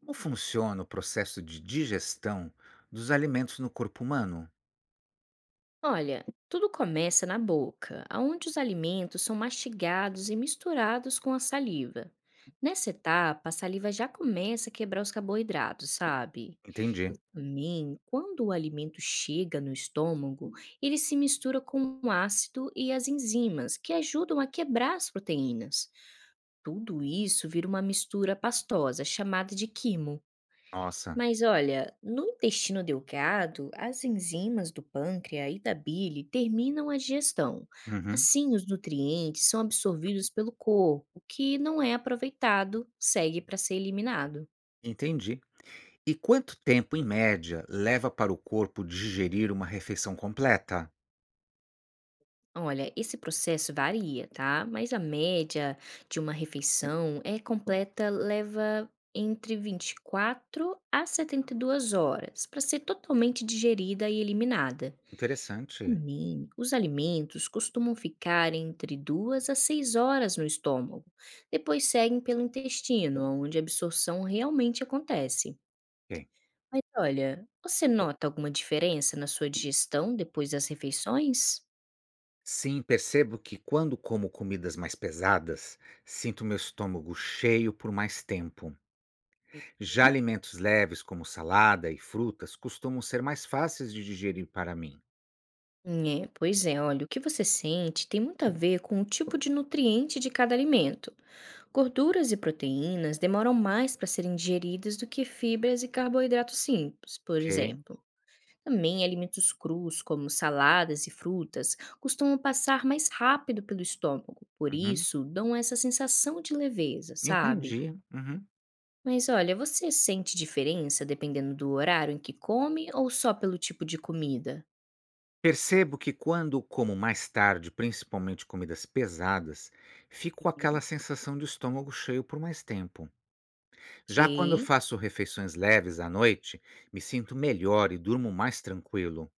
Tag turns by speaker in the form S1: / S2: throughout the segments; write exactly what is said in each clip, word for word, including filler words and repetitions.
S1: Como funciona o processo de digestão dos alimentos no corpo humano?
S2: Olha, tudo começa na boca, onde os alimentos são mastigados e misturados com a saliva. Nessa etapa, a saliva já começa a quebrar os carboidratos, sabe?
S1: Entendi.
S2: Também, quando o alimento chega no estômago, ele se mistura com o ácido e as enzimas, que ajudam a quebrar as proteínas. Tudo isso vira uma mistura pastosa chamada de quimo.
S1: Nossa.
S2: Mas olha, no intestino delgado, as enzimas do pâncreas e da bile terminam a digestão.
S1: Uhum.
S2: Assim, os nutrientes são absorvidos pelo corpo, o que não é aproveitado, segue para ser eliminado.
S1: Entendi. E quanto tempo, em média, leva para o corpo digerir uma refeição completa?
S2: Olha, esse processo varia, tá? Mas a média de uma refeição é completa, leva entre vinte e quatro a setenta e duas horas para ser totalmente digerida e eliminada.
S1: Interessante.
S2: Também, os alimentos costumam ficar entre duas a seis horas no estômago, depois seguem pelo intestino, onde a absorção realmente acontece.
S1: Ok.
S2: Mas olha, você nota alguma diferença na sua digestão depois das refeições?
S1: Sim, percebo que quando como comidas mais pesadas, sinto meu estômago cheio por mais tempo. Já
S2: Uhum.
S1: alimentos leves, como salada e frutas, costumam ser mais fáceis de digerir para mim.
S2: É, pois é, olha, o que você sente tem muito a ver com o tipo de nutriente de cada alimento. Gorduras e proteínas demoram mais para serem digeridas do que fibras e carboidratos simples, por
S1: Ok.
S2: exemplo. Também alimentos crus, como saladas e frutas, costumam passar mais rápido pelo estômago, por
S1: Uhum.
S2: isso dão essa sensação de leveza, sabe?
S1: Entendi. Uhum.
S2: Mas olha, você sente diferença dependendo do horário em que come ou só pelo tipo de comida?
S1: Percebo que quando como mais tarde, principalmente comidas pesadas, fico com
S2: Hum.
S1: aquela sensação de estômago cheio por mais tempo.
S2: Ok.
S1: Já quando eu faço refeições leves à noite, me sinto melhor e durmo mais tranquilo.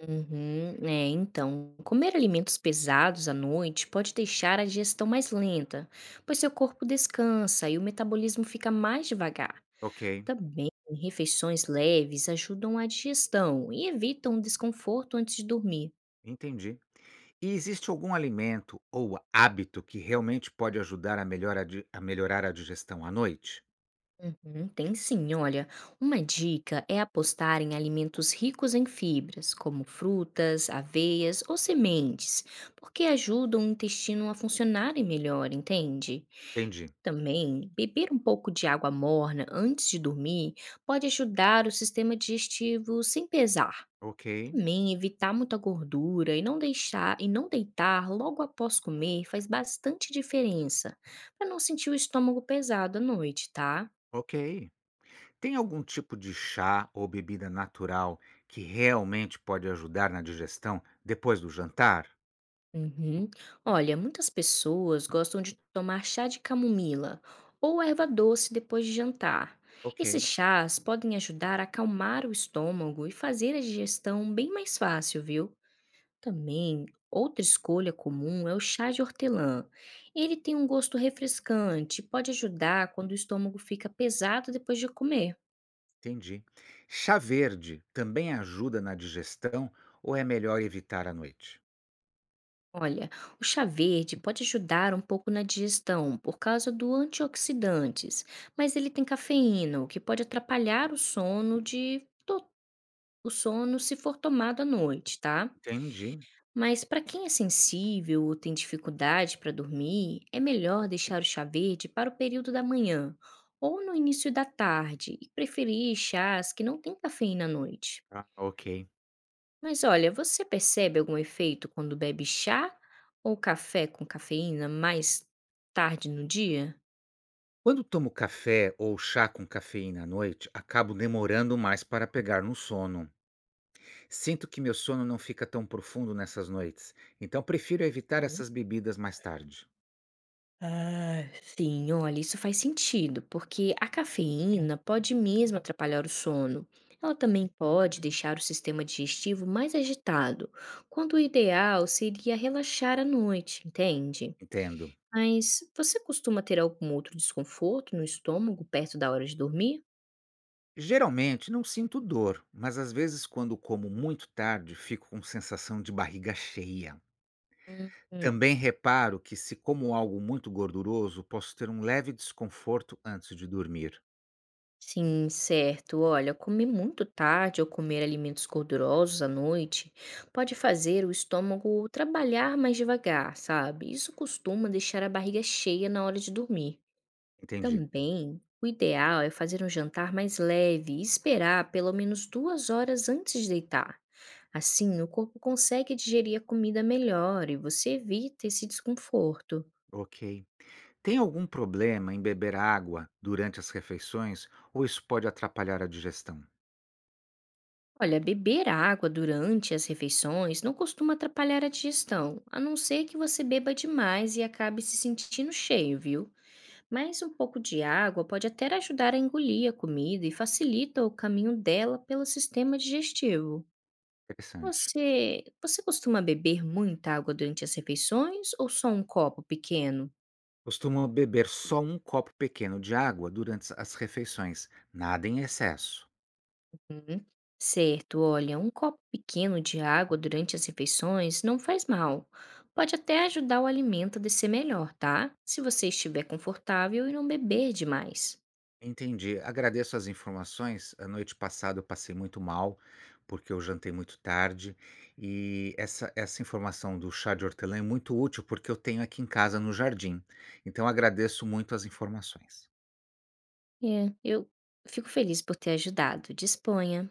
S2: Uhum, é, então, comer alimentos pesados à noite pode deixar a digestão mais lenta, pois seu corpo descansa e o metabolismo fica mais devagar.
S1: Ok,
S2: Também, refeições leves ajudam a digestão e evitam desconforto antes de dormir.
S1: entendi. E existe algum alimento ou hábito que realmente pode ajudar a melhora- a di- a melhorar a digestão à noite?
S2: Uhum, tem sim, olha. Uma dica é apostar em alimentos ricos em fibras, como frutas, aveias ou sementes, porque ajudam o intestino a funcionar melhor, entende?
S1: Entendi.
S2: Também, beber um pouco de água morna antes de dormir pode ajudar o sistema digestivo sem pesar.
S1: Ok,
S2: Também evitar muita gordura e não deixar e não deitar logo após comer faz bastante diferença, para não sentir o estômago pesado à noite, tá?
S1: ok. Tem algum tipo de chá ou bebida natural que realmente pode ajudar na digestão depois do jantar?
S2: Uhum. Olha, muitas pessoas gostam de tomar chá de camomila ou erva doce depois de jantar.
S1: Ok,
S2: Esses chás podem ajudar a acalmar o estômago e fazer a digestão bem mais fácil, viu? Também, outra escolha comum é o chá de hortelã. Ele tem um gosto refrescante, e pode ajudar quando o estômago fica pesado depois de comer.
S1: entendi. Chá verde também ajuda na digestão ou é melhor evitar à noite?
S2: Olha, o chá verde pode ajudar um pouco na digestão por causa do antioxidantes, mas ele tem cafeína, o que pode atrapalhar o sono de to- o sono se for tomado à noite, tá?
S1: Entendi.
S2: Mas para quem é sensível ou tem dificuldade para dormir, é melhor deixar o chá verde para o período da manhã ou no início da tarde e preferir chás que não têm cafeína à noite.
S1: Ah, ok.
S2: Mas olha, você percebe algum efeito quando bebe chá ou café com cafeína mais tarde no dia?
S1: Quando tomo café ou chá com cafeína à noite, acabo demorando mais para pegar no sono. Sinto que meu sono não fica tão profundo nessas noites, então prefiro evitar essas bebidas mais tarde.
S2: Sim, olha, isso faz sentido, porque a cafeína pode mesmo atrapalhar o sono. Ela também pode deixar o sistema digestivo mais agitado, quando o ideal seria relaxar à noite, entende?
S1: Entendo.
S2: Mas você costuma ter algum outro desconforto no estômago perto da hora de dormir?
S1: Geralmente não sinto dor, mas às vezes quando como muito tarde, fico com sensação de barriga cheia.
S2: Hum.
S1: Também reparo que se como algo muito gorduroso, posso ter um leve desconforto antes de dormir.
S2: Sim, certo. Olha, comer muito tarde ou comer alimentos gordurosos à noite pode fazer o estômago trabalhar mais devagar, sabe? Isso costuma deixar a barriga cheia na hora de dormir.
S1: Entendi.
S2: Também, o ideal é fazer um jantar mais leve e esperar pelo menos duas horas antes de deitar. Assim, o corpo consegue digerir a comida melhor e você evita esse desconforto.
S1: Ok. Tem algum problema em beber água durante as refeições ou isso pode atrapalhar a digestão?
S2: Olha, beber água durante as refeições não costuma atrapalhar a digestão, a não ser que você beba demais e acabe se sentindo cheio, viu? Mas um pouco de água pode até ajudar a engolir a comida e facilita o caminho dela pelo sistema digestivo.
S1: Interessante.
S2: Você, você costuma beber muita água durante as refeições ou só um copo pequeno?
S1: Costumo beber só um copo pequeno de água durante as refeições, nada em excesso.
S2: Uhum. Certo, olha, um copo pequeno de água durante as refeições não faz mal. Pode até ajudar o alimento a descer melhor, tá? Se você estiver confortável e não beber demais.
S1: Entendi. Agradeço as informações. A noite passada eu passei muito mal, porque eu jantei muito tarde. E essa, essa informação do chá de hortelã é muito útil, porque eu tenho aqui em casa no jardim. Então agradeço muito as informações.
S2: É, eu fico feliz por ter ajudado. Disponha.